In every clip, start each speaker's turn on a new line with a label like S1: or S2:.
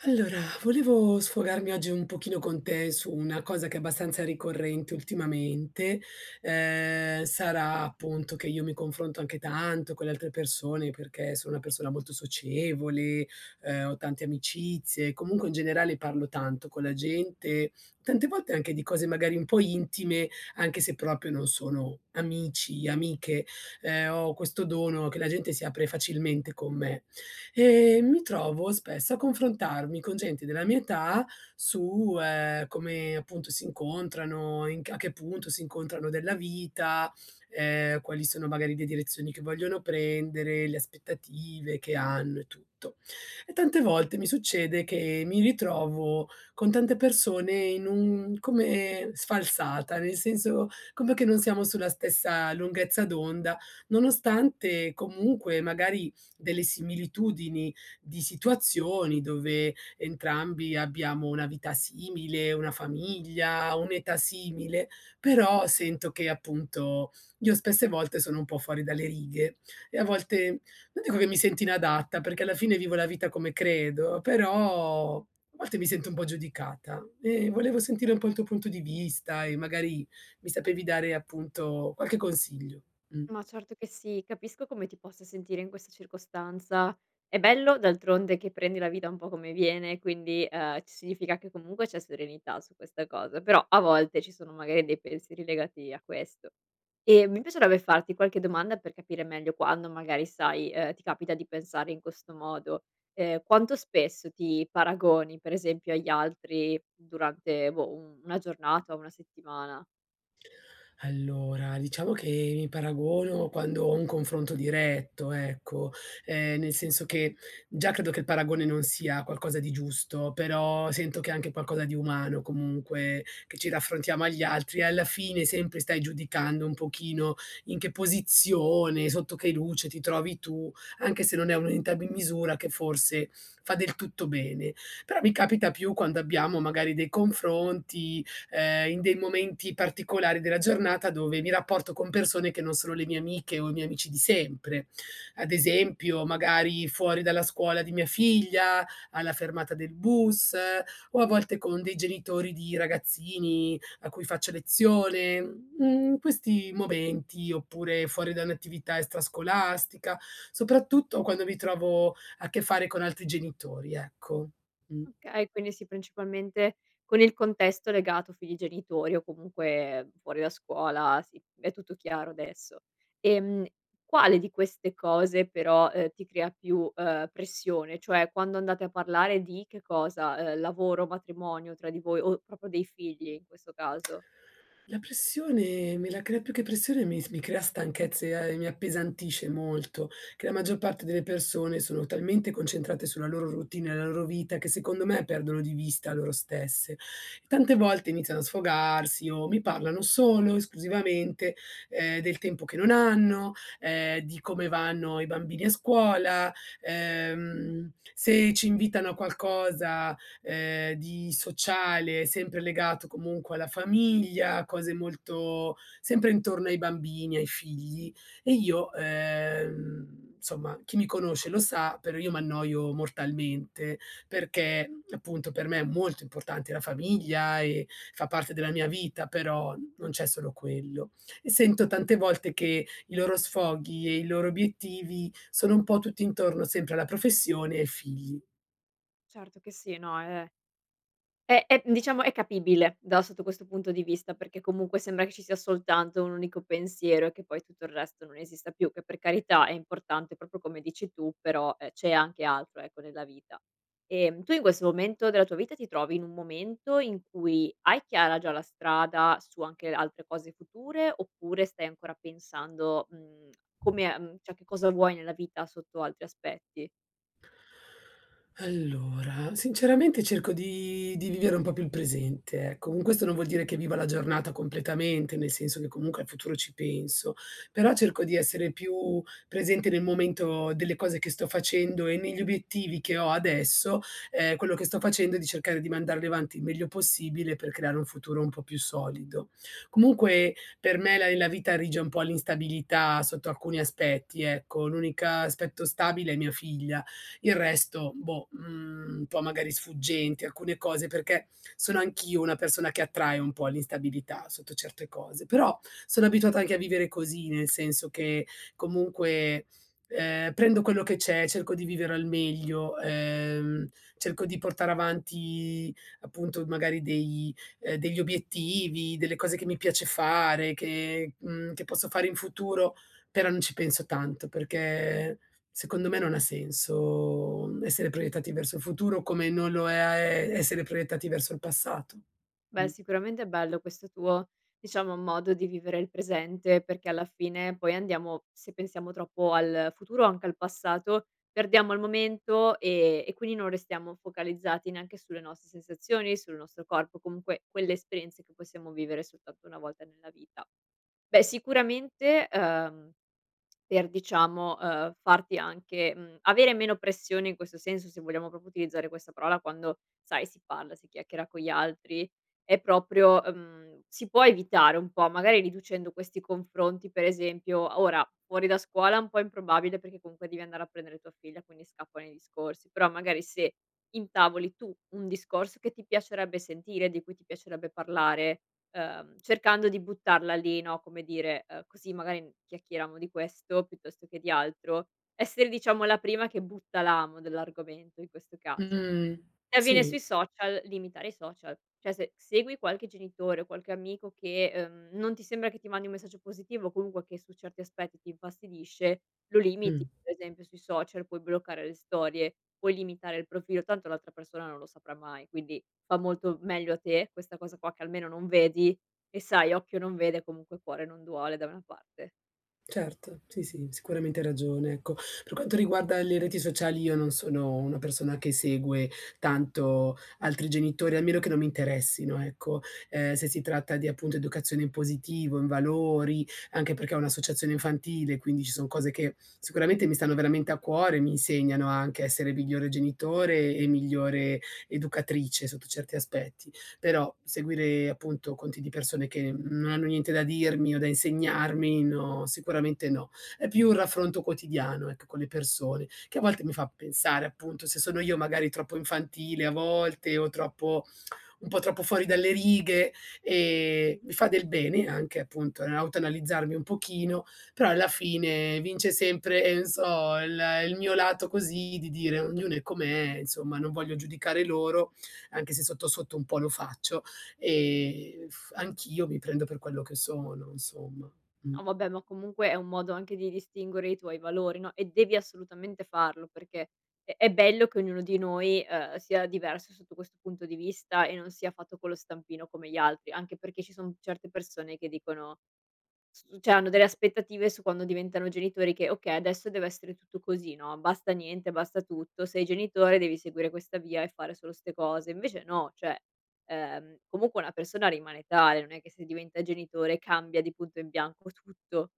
S1: Allora, volevo sfogarmi oggi un pochino con te su una cosa che è abbastanza ricorrente ultimamente, sarà appunto che io mi confronto anche tanto con le altre persone perché sono una persona molto socievole, ho tante amicizie, comunque in generale parlo tanto con la gente, tante volte anche di cose magari un po' intime, anche se proprio non sono amici, amiche, ho questo dono che la gente si apre facilmente con me. E mi trovo spesso a confrontarmi con gente della mia età su, come appunto si incontrano, in c a che punto si incontrano della vita, quali sono magari le direzioni che vogliono prendere, le aspettative che hanno e tutto. E tante volte mi succede che mi ritrovo con tante persone in un come sfalsata, nel senso come che non siamo sulla stessa lunghezza d'onda, nonostante comunque magari delle similitudini di situazioni dove entrambi abbiamo una vita simile, una famiglia, un'età simile, però sento che appunto io spesse volte sono un po' fuori dalle righe e a volte non dico che mi sento inadatta, perché alla fine vivo la vita come credo, però a volte mi sento un po' giudicata e volevo sentire un po' il tuo punto di vista e magari mi sapevi dare appunto qualche consiglio. Mh.
S2: Ma certo che sì, capisco come ti possa sentire in questa circostanza. È bello d'altronde che prendi la vita un po' come viene, quindi, ci significa che comunque c'è serenità su questa cosa, però a volte ci sono magari dei pensieri legati a questo. E mi piacerebbe farti qualche domanda per capire meglio quando magari, sai, ti capita di pensare in questo modo. Quanto spesso ti paragoni, per esempio, agli altri durante, boh, un una giornata o una settimana?
S1: Allora, diciamo che mi paragono quando ho un confronto diretto, ecco, nel senso che già credo che il paragone non sia qualcosa di giusto, però sento che è anche qualcosa di umano comunque, che ci raffrontiamo agli altri e alla fine sempre stai giudicando un pochino in che posizione, sotto che luce ti trovi tu, anche se non è un'unità di misura che forse fa del tutto bene. Però mi capita più quando abbiamo magari dei confronti in dei momenti particolari della giornata dove mi rapporto con persone che non sono le mie amiche o i miei amici di sempre. Ad esempio, magari fuori dalla scuola di mia figlia, alla fermata del bus, o a volte con dei genitori di ragazzini a cui faccio lezione. Mhmm, questi momenti, oppure fuori da un'attività extrascolastica, soprattutto quando mi trovo a che fare con altri genitori, ecco. Mh.
S2: Okay, quindi sì, principalmente con il contesto legato figli, genitori o comunque fuori da scuola, sì, è tutto chiaro adesso. Ehm, Quale di queste cose però, ti crea più, pressione? Cioè quando andate a parlare di che cosa? Lavoro, matrimonio, tra di voi o proprio dei figli in questo caso?
S1: La pressione me la crea, più che pressione mi s mi crea stanchezza e mi appesantisce molto, che la maggior parte delle persone sono talmente concentrate sulla loro routine, la loro vita, che secondo me perdono di vista loro stesse. E tante volte iniziano a sfogarsi o mi parlano solo, esclusivamente, del tempo che non hanno, di come vanno i bambini a scuola, se ci invitano a qualcosa, di sociale, sempre legato comunque alla famiglia, cose molto, sempre intorno ai bambini, ai figli. E io, insomma, chi mi conosce lo sa, però io m'annoio mortalmente, perché appunto per me è molto importante la famiglia e fa parte della mia vita, però non c'è solo quello. E sento tante volte che i loro sfoghi e i loro obiettivi sono un po' tutti intorno sempre alla professione e ai figli.
S2: Certo che sì, no, è diciamo è capibile da sotto questo punto di vista, perché comunque sembra che ci sia soltanto un unico pensiero e che poi tutto il resto non esista più, che per carità è importante proprio come dici tu, però, c'è anche altro, ecco, nella vita. Tu in questo momento della tua vita ti trovi in un momento in cui hai chiara già la strada su anche altre cose future, oppure stai ancora pensando, mhmm, come a mhmm, cioè che cosa vuoi nella vita sotto altri aspetti?
S1: Allora, sinceramente cerco di vivere un po' più il presente, ecco. Con questo non vuol dire che viva la giornata completamente, nel senso che comunque al futuro ci penso, però cerco di essere più presente nel momento delle cose che sto facendo e negli obiettivi che ho adesso, quello che sto facendo e di cercare di mandarli avanti il meglio possibile per creare un futuro un po' più solido. Comunque per me la vita rige un po' all'instabilità sotto alcuni aspetti, ecco. L'unica aspetto stabile è mia figlia, il resto, boh, mhmm, un po' magari sfuggenti, alcune cose, perché sono anch'io una persona che attrae un po' l'instabilità sotto certe cose, però sono abituata anche a vivere così, nel senso che comunque, prendo quello che c'è, cerco di vivere al meglio, cerco di portare avanti appunto magari dei degli obiettivi, delle cose che mi piace fare, che mhmm, che posso fare in futuro, però non ci penso tanto, perché secondo me non ha senso essere proiettati verso il futuro, come non lo è essere proiettati verso il passato.
S2: Beh,
S1: Mh.
S2: sicuramente è bello questo tuo, diciamo, modo di vivere il presente, perché alla fine poi andiamo se pensiamo troppo al futuro o anche al passato, perdiamo il momento, e quindi non restiamo focalizzati neanche sulle nostre sensazioni, sul nostro corpo, comunque quelle esperienze che possiamo vivere soltanto una volta nella vita. Beh, sicuramente, per diciamo, farti anche avere meno pressione in questo senso, se vogliamo proprio utilizzare questa parola quando, sai, si parla, si chiacchiera con gli altri, è proprio si può evitare un po', magari riducendo questi confronti, per esempio ora fuori da scuola è un po' improbabile perché comunque devi andare a prendere tua figlia, quindi scappano i discorsi, però magari se intavoli tu un discorso che ti piacerebbe sentire, di cui ti piacerebbe parlare. Cercando di buttarla lì, no, come dire, così magari chiacchieriamo di questo piuttosto che di altro, essere diciamo la prima che butta l'amo dell'argomento in questo caso.
S1: Mh.
S2: E
S1: Sì.
S2: avviene sui social, limitare i social. Cioè se segui qualche genitore o qualche amico che, non ti sembra che ti mandi un messaggio positivo o comunque che su certi aspetti ti infastidisce, lo limiti,
S1: Mh.
S2: per esempio sui social, puoi bloccare le storie, puoi limitare il profilo, tanto l'altra persona non lo saprà mai, quindi fa molto meglio a te questa cosa qua che almeno non vedi e sai occhio non vede, comunque cuore non duole da una parte.
S1: Certo, sì, sì, sicuramente hai ragione, ecco. Per quanto riguarda le reti sociali io non sono una persona che segue tanto altri genitori, a meno che non mi interessino, ecco. Se si tratta di, appunto, educazione in positivo, in valori, anche perché è un'associazione infantile, quindi ci son cose che sicuramente mi stanno veramente a cuore, mi insegnano anche a essere migliore genitore e migliore educatrice sotto certi aspetti, però seguire appunto conti di persone che non hanno niente da dirmi o da insegnarmi, no, sicuramente no. È più un raffronto quotidiano, ecco, con le persone, che a volte mi fa pensare appunto se sono io magari troppo infantile a volte o troppo, un po' troppo fuori dalle righe, e mi fa del bene anche appunto autoanalizzarmi un pochino, però alla fine vince sempre, non so, il mio lato così di dire: "Ognuno è com'è", insomma, non voglio giudicare loro, anche se sotto, sotto un po' lo faccio, f anch'io mi prendo per quello che sono, insomma. Mh.
S2: No vabbè, ma comunque è un modo anche di distinguere i tuoi valori, no, e devi assolutamente farlo perché è bello che ognuno di noi, sia diverso sotto questo punto di vista e non sia fatto con lo stampino come gli altri, anche perché ci son certe persone che dicono S cioè hanno delle aspettative su quando diventano genitori che: "Okay, adesso deve essere tutto così, no, basta niente, basta tutto, sei genitore, devi seguire questa via e fare solo 'ste cose." Invece no, cioè, comunque una persona rimane tale, non è che se diventa genitore cambia di punto in bianco tutto.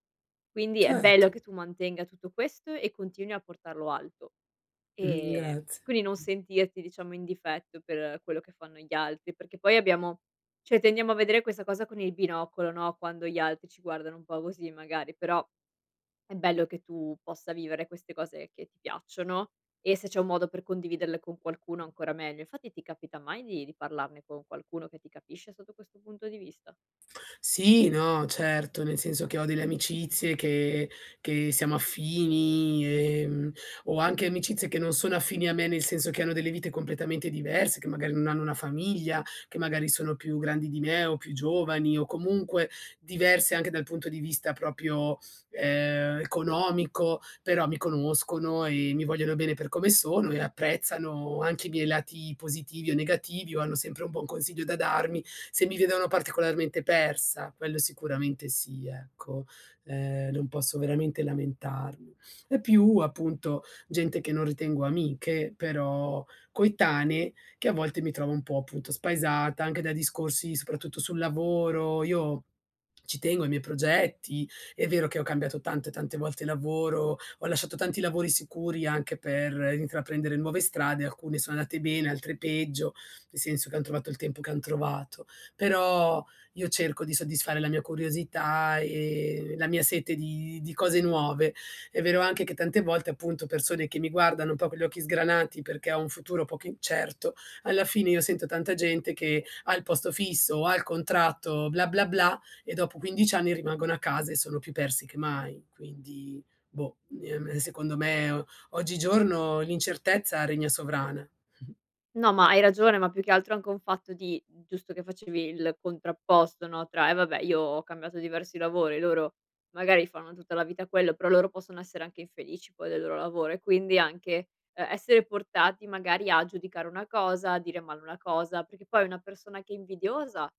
S2: Quindi è bello
S1: Certo.
S2: che tu mantenga tutto questo e continui a portarlo alto.
S1: Grazie.
S2: Quindi non sentirti diciamo in difetto per quello che fanno gli altri, perché poi abbiamo cioè tendiamo a vedere questa cosa con il binocolo, no, quando gli altri ci guardano un po' così magari, però è bello che tu possa vivere queste cose che ti piacciono e se c'è un modo per condividerle con qualcuno ancora meglio. Infatti ti capita mai di parlarne con qualcuno che ti capisce sotto questo punto di vista?
S1: Sì, no, certo, nel senso che ho delle amicizie che siamo affini, o anche amicizie che non sono affini a me, nel senso che hanno delle vite completamente diverse, che magari non hanno una famiglia, che magari sono più grandi di me o più giovani o comunque diverse anche dal punto di vista proprio economico, però mi conoscono e mi vogliono bene per come sono e apprezzano anche i miei lati positivi o negativi o hanno sempre un buon consiglio da darmi, se mi vedono particolarmente persa, quello sicuramente sì, ecco, non posso veramente lamentarmi. E più appunto gente che non ritengo amiche, però coetanee, che a volte mi trovo un po' appunto spaesata anche da discorsi soprattutto sul lavoro. Io ci tengo ai miei progetti, è vero che ho cambiato tante, tante volte lavoro, ho lasciato tanti lavori sicuri anche per intraprendere nuove strade, alcune sono andate bene, altre peggio, nel senso che han trovato il tempo che han trovato. Però io cerco di soddisfare la mia curiosità e la mia sete di cose nuove. È vero anche che tante volte, appunto, persone che mi guardano un po' con gli occhi sgranati perché ho un futuro poco incerto, alla fine io sento tanta gente che ha il posto fisso, ha il contratto, bla, bla, bla, e dopo 15 anni rimangono a casa e sono più persi che mai. Quindi, boh, secondo me o oggigiorno l'incertezza regna sovrana.
S2: No, ma hai ragione, ma più che altro anche un fatto di giusto che facevi il contrapposto, no, tra: "Eh vabbè, io ho cambiato diversi lavori, loro magari fanno tutta la vita quello, però loro possono essere anche infelici poi del loro lavoro", e quindi anche, essere portati magari a giudicare una cosa, a dire male una cosa, perché poi una persona che è invidiosa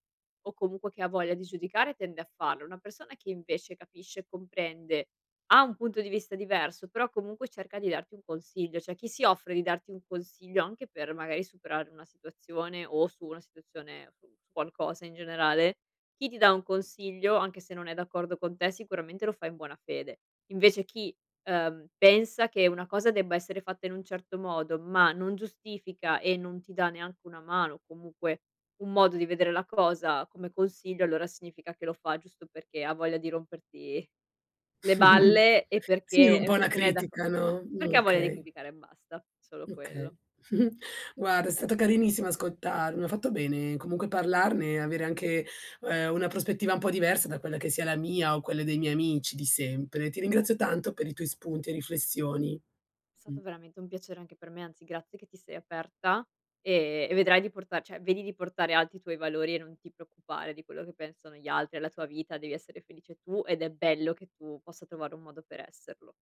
S2: o comunque che ha voglia di giudicare tende a farlo. Una persona che invece capisce e comprende ha un punto di vista diverso, però comunque cerca di darti un consiglio, cioè chi si offre di darti un consiglio anche per magari superare una situazione o su una situazione, su qualcosa in generale, chi ti dà un consiglio, anche se non è d'accordo con te, sicuramente lo fa in buona fede. Invece chi, pensa che una cosa debba essere fatta in un certo modo, ma non giustifica e non ti dà neanche una mano, o comunque un modo di vedere la cosa come consiglio, allora significa che lo fa giusto perché ha voglia di romperti le balle e
S1: Sì,
S2: perché,
S1: un po' una
S2: non è d'acco
S1: critica, no,
S2: perché ha voglia di
S1: okay,
S2: criticare e basta, solo
S1: okay.
S2: quello.
S1: Guarda, è stato carinissimo ascoltarmi, mi ha fatto bene comunque parlarne, avere anche, una prospettiva un po' diversa da quella che sia la mia o quelle dei miei amici di sempre. Ti ringrazio tanto per i tuoi spunti e riflessioni.
S2: È
S1: Mh.
S2: stato veramente un piacere anche per me, anzi grazie che ti sei aperta e vedrai di portar cioè vedi di portare alti i tuoi valori e non ti preoccupare di quello che pensano gli altri, è la tua vita, devi essere felice tu ed è bello che tu possa trovare un modo per esserlo.